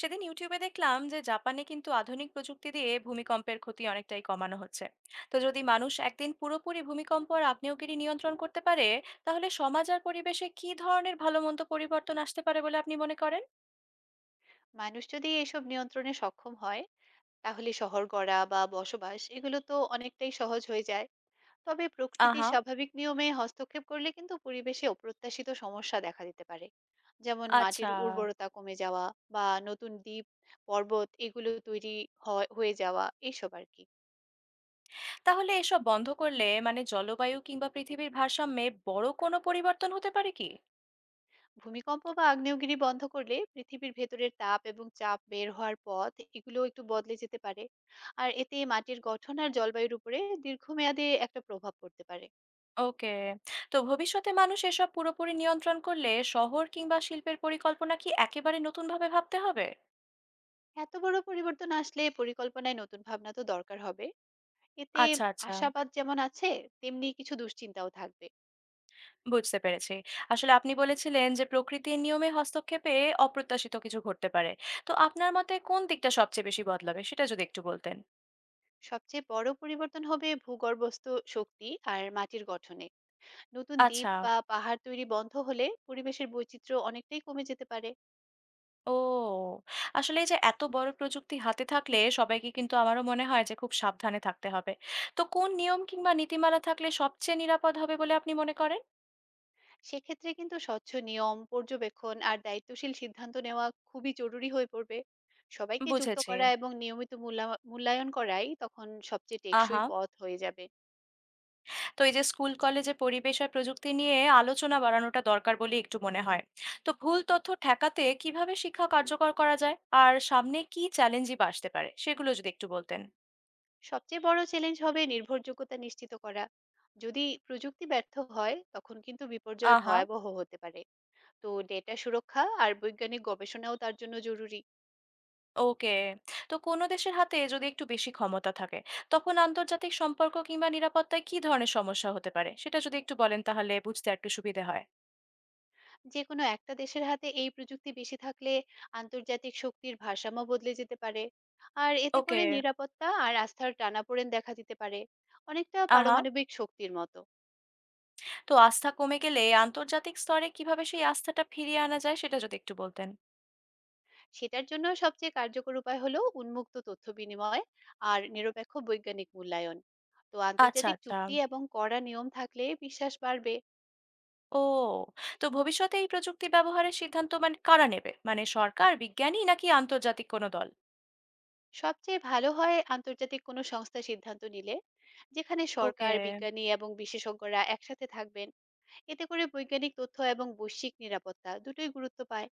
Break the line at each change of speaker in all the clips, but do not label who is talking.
সেদিন ইউটিউবে দেখলাম যে জাপানে কিন্তু আধুনিক প্রযুক্তি দিয়ে ভূমিকম্পের ক্ষতি অনেকটাই কমানো হচ্ছে। তো যদি মানুষ একদিন পুরোপুরি ভূমিকম্প আর আগ্নেয়গিরি নিয়ন্ত্রণ করতে পারে, তাহলে সমাজ আর পরিবেশে কি ধরনের ভালো মন্দ পরিবর্তন আসতে পারে বলে আপনি মনে করেন?
মানুষ যদি এসব নিয়ন্ত্রণে সক্ষম হয়, তাহলে শহর গড়া বা বসবাস এগুলো তো অনেকটাই সহজ হয়ে যায়। তবে প্রকৃতির
আহা।
স্বাভাবিক নিয়মে হস্তক্ষেপ করলে কিন্তু পরিবেশে অপ্রত্যাশিত সমস্যা দেখা দিতে পারে। যেমন
আচ্ছা।
মাটির উর্বরতা কমে যাওয়া বা নতুন দ্বীপ, পর্বত এগুলো তৈরি হয়ে যাওয়া এইসব আর কি।
তাহলে এসব বন্ধ করলে মানে জলবায়ু কিংবা পৃথিবীর ভারসাম্যে বড় কোনো পরিবর্তন হতে পারে কি?
ভূমিকম্প বা আগ্নেয়গিরি বন্ধ করলে পৃথিবীর ভেতরের তাপ এবং চাপ বের হওয়ার পথ এগুলো একটু বদলে যেতে পারে। আর এতে মাটির গঠন আর জলবায়ুর উপরে দীর্ঘমেয়াদে একটা প্রভাব পড়তে পারে।
ওকে। তো ভবিষ্যতে মানুষ এসব পুরোপুরি নিয়ন্ত্রণ করলে শহর কিংবা শিল্পের পরিকল্পনা কি একেবারে নতুনভাবে ভাবতে হবে?
এত বড় পরিবর্তন আসলে পরিকল্পনায় নতুন ভাবনা তো দরকার হবে। এতে
আচ্ছা, আচ্ছা।
আশাবাদ যেমন আছে, তেমনি কিছু দুশ্চিন্তাও থাকবে।
বুঝতে পেরেছি। আসলে আপনি বলেছিলেন যে, "প্রকৃতির নিয়মে হস্তক্ষেপে অপ্রত্যাশিত কিছু ঘটতে পারে।" তো আপনার মতে কোন দিকটা সবচেয়ে বেশি বদলাবে? সেটা যদি একটু বলতেন।
সবচেয়ে বড় পরিবর্তন হবে ভূগর্ভস্থ শক্তি আর মাটির গঠনে। নতুন দ্বীপ
আচ্ছা।
বা পাহাড় তৈরি বন্ধ হলে পরিবেশের বৈচিত্র্য অনেকটাই কমে যেতে পারে।
ও! আসলে এই যে এত বড় প্রযুক্তি হাতে থাকলে সবাইকে কিন্তু আমারও মনে হয় যে খুব সাবধানে থাকতে হবে। তো কোন নিয়ম কিংবা নীতিমালা থাকলে সবচেয়ে নিরাপদ হবে বলে আপনি মনে করেন?
সেক্ষেত্রে কিন্তু স্বচ্ছ নিয়ম, পর্যবেক্ষণ আর দায়িত্বশীল সিদ্ধান্ত নেওয়া খুবই জরুরি হয়ে পড়বে। সবাইকে যুক্ত
বুঝেছি।
করা এবং নিয়মিত মূল্যায়ন করাই তখন সবচেয়ে টেকসই
আহা!
পথ হয়ে যাবে।
তো এই যে স্কুল কলেজে পরিবেশ আর প্রযুক্তি নিয়ে আলোচনা বাড়ানোটা দরকার বলে একটু মনে হয়। তো ভুল তথ্য ঠেকাতে কিভাবে শিক্ষা কার্যকর করা যায়, আর সামনে কি চ্যালেঞ্জই বা আসতে পারে সেগুলো যদি একটু বলতেন।
সবচেয়ে বড় চ্যালেঞ্জ হবে নির্ভরযোগ্যতা নিশ্চিত করা। যদি প্রযুক্তি ব্যর্থ হয় তখন কিন্তু বিপর্যয়
আহা।
ভয়াবহ হতে পারে। তো ডেটা সুরক্ষা আর বৈজ্ঞানিক গবেষণাও তার জন্য জরুরি।
ওকে। তো কোনো দেশের হাতে যদি একটু বেশি ক্ষমতা থাকে, তখন আন্তর্জাতিক সম্পর্ক কিংবা নিরাপত্তায় কি ধরনের সমস্যা হতে পারে সেটা যদি একটু বলেন তাহলে বুঝতে একটু সুবিধে হয়।
যে কোনো একটা দেশের হাতে এই প্রযুক্তি বেশি থাকলে আন্তর্জাতিক শক্তির ভারসাম্য বদলে যেতে পারে। আর এতে
ওকে।
করে নিরাপত্তা আর আস্থার টানাপোড়েন দেখা দিতে পারে। অনেকটা
আহা।
পারমাণবিক শক্তির মতো।
তো আস্থা কমে গেলে আন্তর্জাতিক স্তরে কিভাবে সেই আস্থাটা ফিরিয়ে আনা যায় সেটা যদি একটু বলতেন।
সেটার জন্য সবচেয়ে কার্যকর উপায় হলো উন্মুক্ত তথ্য বিনিময় আর নিরপেক্ষ বৈজ্ঞানিক মূল্যায়ন। তো
আচ্ছা,
আন্তর্জাতিক
আচ্ছা।
চুক্তি এবং কড়া নিয়ম থাকলে বিশ্বাস বাড়বে।
ও। তো ভবিষ্যতে এই প্রযুক্তি ব্যবহারের সিদ্ধান্ত মানে কারা নেবে, মানে সরকার, বিজ্ঞানী, নাকি আন্তর্জাতিক কোনো দল?
সবচেয়ে ভালো হয় আন্তর্জাতিক কোনো সংস্থা সিদ্ধান্ত নিলে, যেখানে
ওকে।
সরকার, বিজ্ঞানী এবং বিশেষজ্ঞরা একসাথে থাকবেন। এতে করে বৈজ্ঞানিক তথ্য এবং বৈশ্বিক নিরাপত্তা দুটোই গুরুত্ব পায়।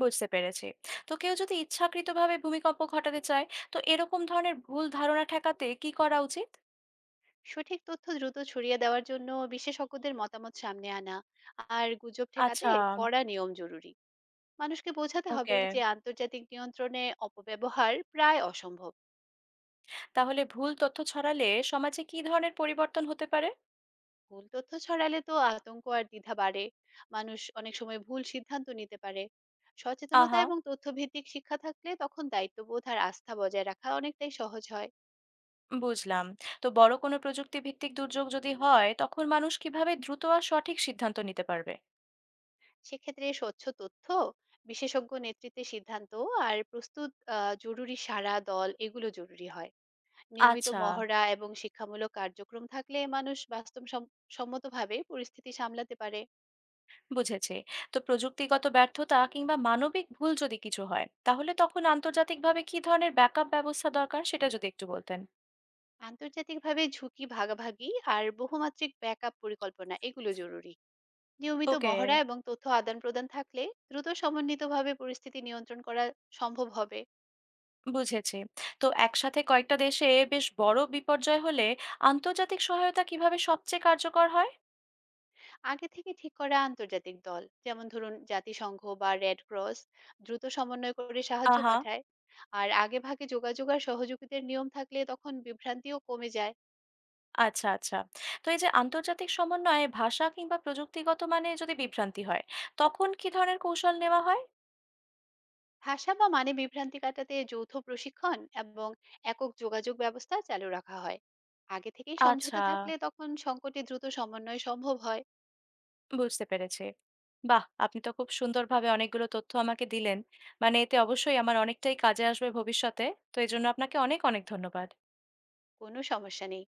বুঝতে পেরেছি। তো কেউ যদি ইচ্ছাকৃতভাবে ভূমিকম্প ঘটাতে চায়, তো এরকম ধরনের ভুল ধারণা ঠেকাতে কি করা উচিত?
সঠিক তথ্য দ্রুত ছড়িয়ে দেওয়ার জন্য বিশেষজ্ঞদের মতামত সামনে আনা আর গুজব ঠেকাতে
আচ্ছা।
কড়া নিয়ম জরুরি। মানুষকে বোঝাতে হবে
ওকে।
যে আন্তর্জাতিক নিয়ন্ত্রণে অপব্যবহার প্রায় অসম্ভব।
তাহলে ভুল তথ্য ছড়ালে সমাজে কি ধরনের পরিবর্তন হতে পারে?
ভুল তথ্য ছড়ালে তো আতঙ্ক আর দ্বিধা বাড়ে। মানুষ অনেক সময় ভুল সিদ্ধান্ত নিতে পারে। সচেতনতা
আহা।
এবং তথ্যভিত্তিক শিক্ষা থাকলে তখন দায়িত্ববোধ আর আস্থা বজায় রাখা অনেকটাই সহজ হয়।
বুঝলাম। তো বড় কোনো প্রযুক্তি ভিত্তিক দুর্যোগ যদি হয় তখন মানুষ কিভাবে দ্রুত আর সঠিক সিদ্ধান্ত নিতে পারবে?
সেক্ষেত্রে স্বচ্ছ তথ্য, বিশেষজ্ঞ নেতৃত্বে সিদ্ধান্ত আর প্রস্তুত জরুরি সারা দল এগুলো জরুরি হয়। নিয়মিত
আচ্ছা।
মহড়া এবং শিক্ষামূলক কার্যক্রম থাকলে মানুষ বাস্তব সম্মতভাবে পরিস্থিতি সামলাতে পারে।
বুঝেছি। তো প্রযুক্তিগত ব্যর্থতা কিংবা মানবিক ভুল যদি কিছু হয় তাহলে তখন আন্তর্জাতিকভাবে কি ধরনের ব্যাকআপ ব্যবস্থা দরকার সেটা যদি একটু বলতেন।
আন্তর্জাতিকভাবে ঝুঁকি ভাগাভাগি আর বহুমাত্রিক ব্যাকআপ পরিকল্পনা এগুলো জরুরি। নিয়মিত
ওকে।
মহড়া এবং তথ্য আদান প্রদান থাকলে দ্রুত সমন্বিতভাবে পরিস্থিতি নিয়ন্ত্রণ করা সম্ভব হবে।
বুঝেছি। তো একসাথে কয়েকটা দেশে বেশ বড় বিপর্যয় হলে আন্তর্জাতিক সহায়তা কিভাবে সবচেয়ে কার্যকর হয়?
আগে থেকে ঠিক করা আন্তর্জাতিক দল, যেমন ধরুন জাতিসংঘ বা রেড ক্রস, দ্রুত সমন্বয় করে সাহায্য
আহা।
পাঠায়। আর আগে ভাগে যোগাযোগ আর সহযোগিতার নিয়ম থাকলে তখন বিভ্রান্তিও কমে যায়।
আচ্ছা, আচ্ছা। তো এই যে আন্তর্জাতিক সমন্বয়ে ভাষা কিংবা প্রযুক্তিগত মানে যদি বিভ্রান্তি হয়, তখন কি ধরনের কৌশল নেওয়া হয়?
ভাষা বা মানে বিভ্রান্তি কাটাতে যৌথ প্রশিক্ষণ এবং একক যোগাযোগ ব্যবস্থা চালু রাখা হয়। আগে থেকেই
আচ্ছা।
সমঝোতা থাকলে তখন সংকটে দ্রুত সমন্বয় সম্ভব হয়।
বুঝতে পেরেছি। বাহ! আপনি তো খুব সুন্দরভাবে অনেকগুলো তথ্য আমাকে দিলেন। মানে এতে অবশ্যই আমার অনেকটাই কাজে আসবে ভবিষ্যতে। তো এজন্য আপনাকে অনেক, অনেক ধন্যবাদ।
কোনো সমস্যা নেই।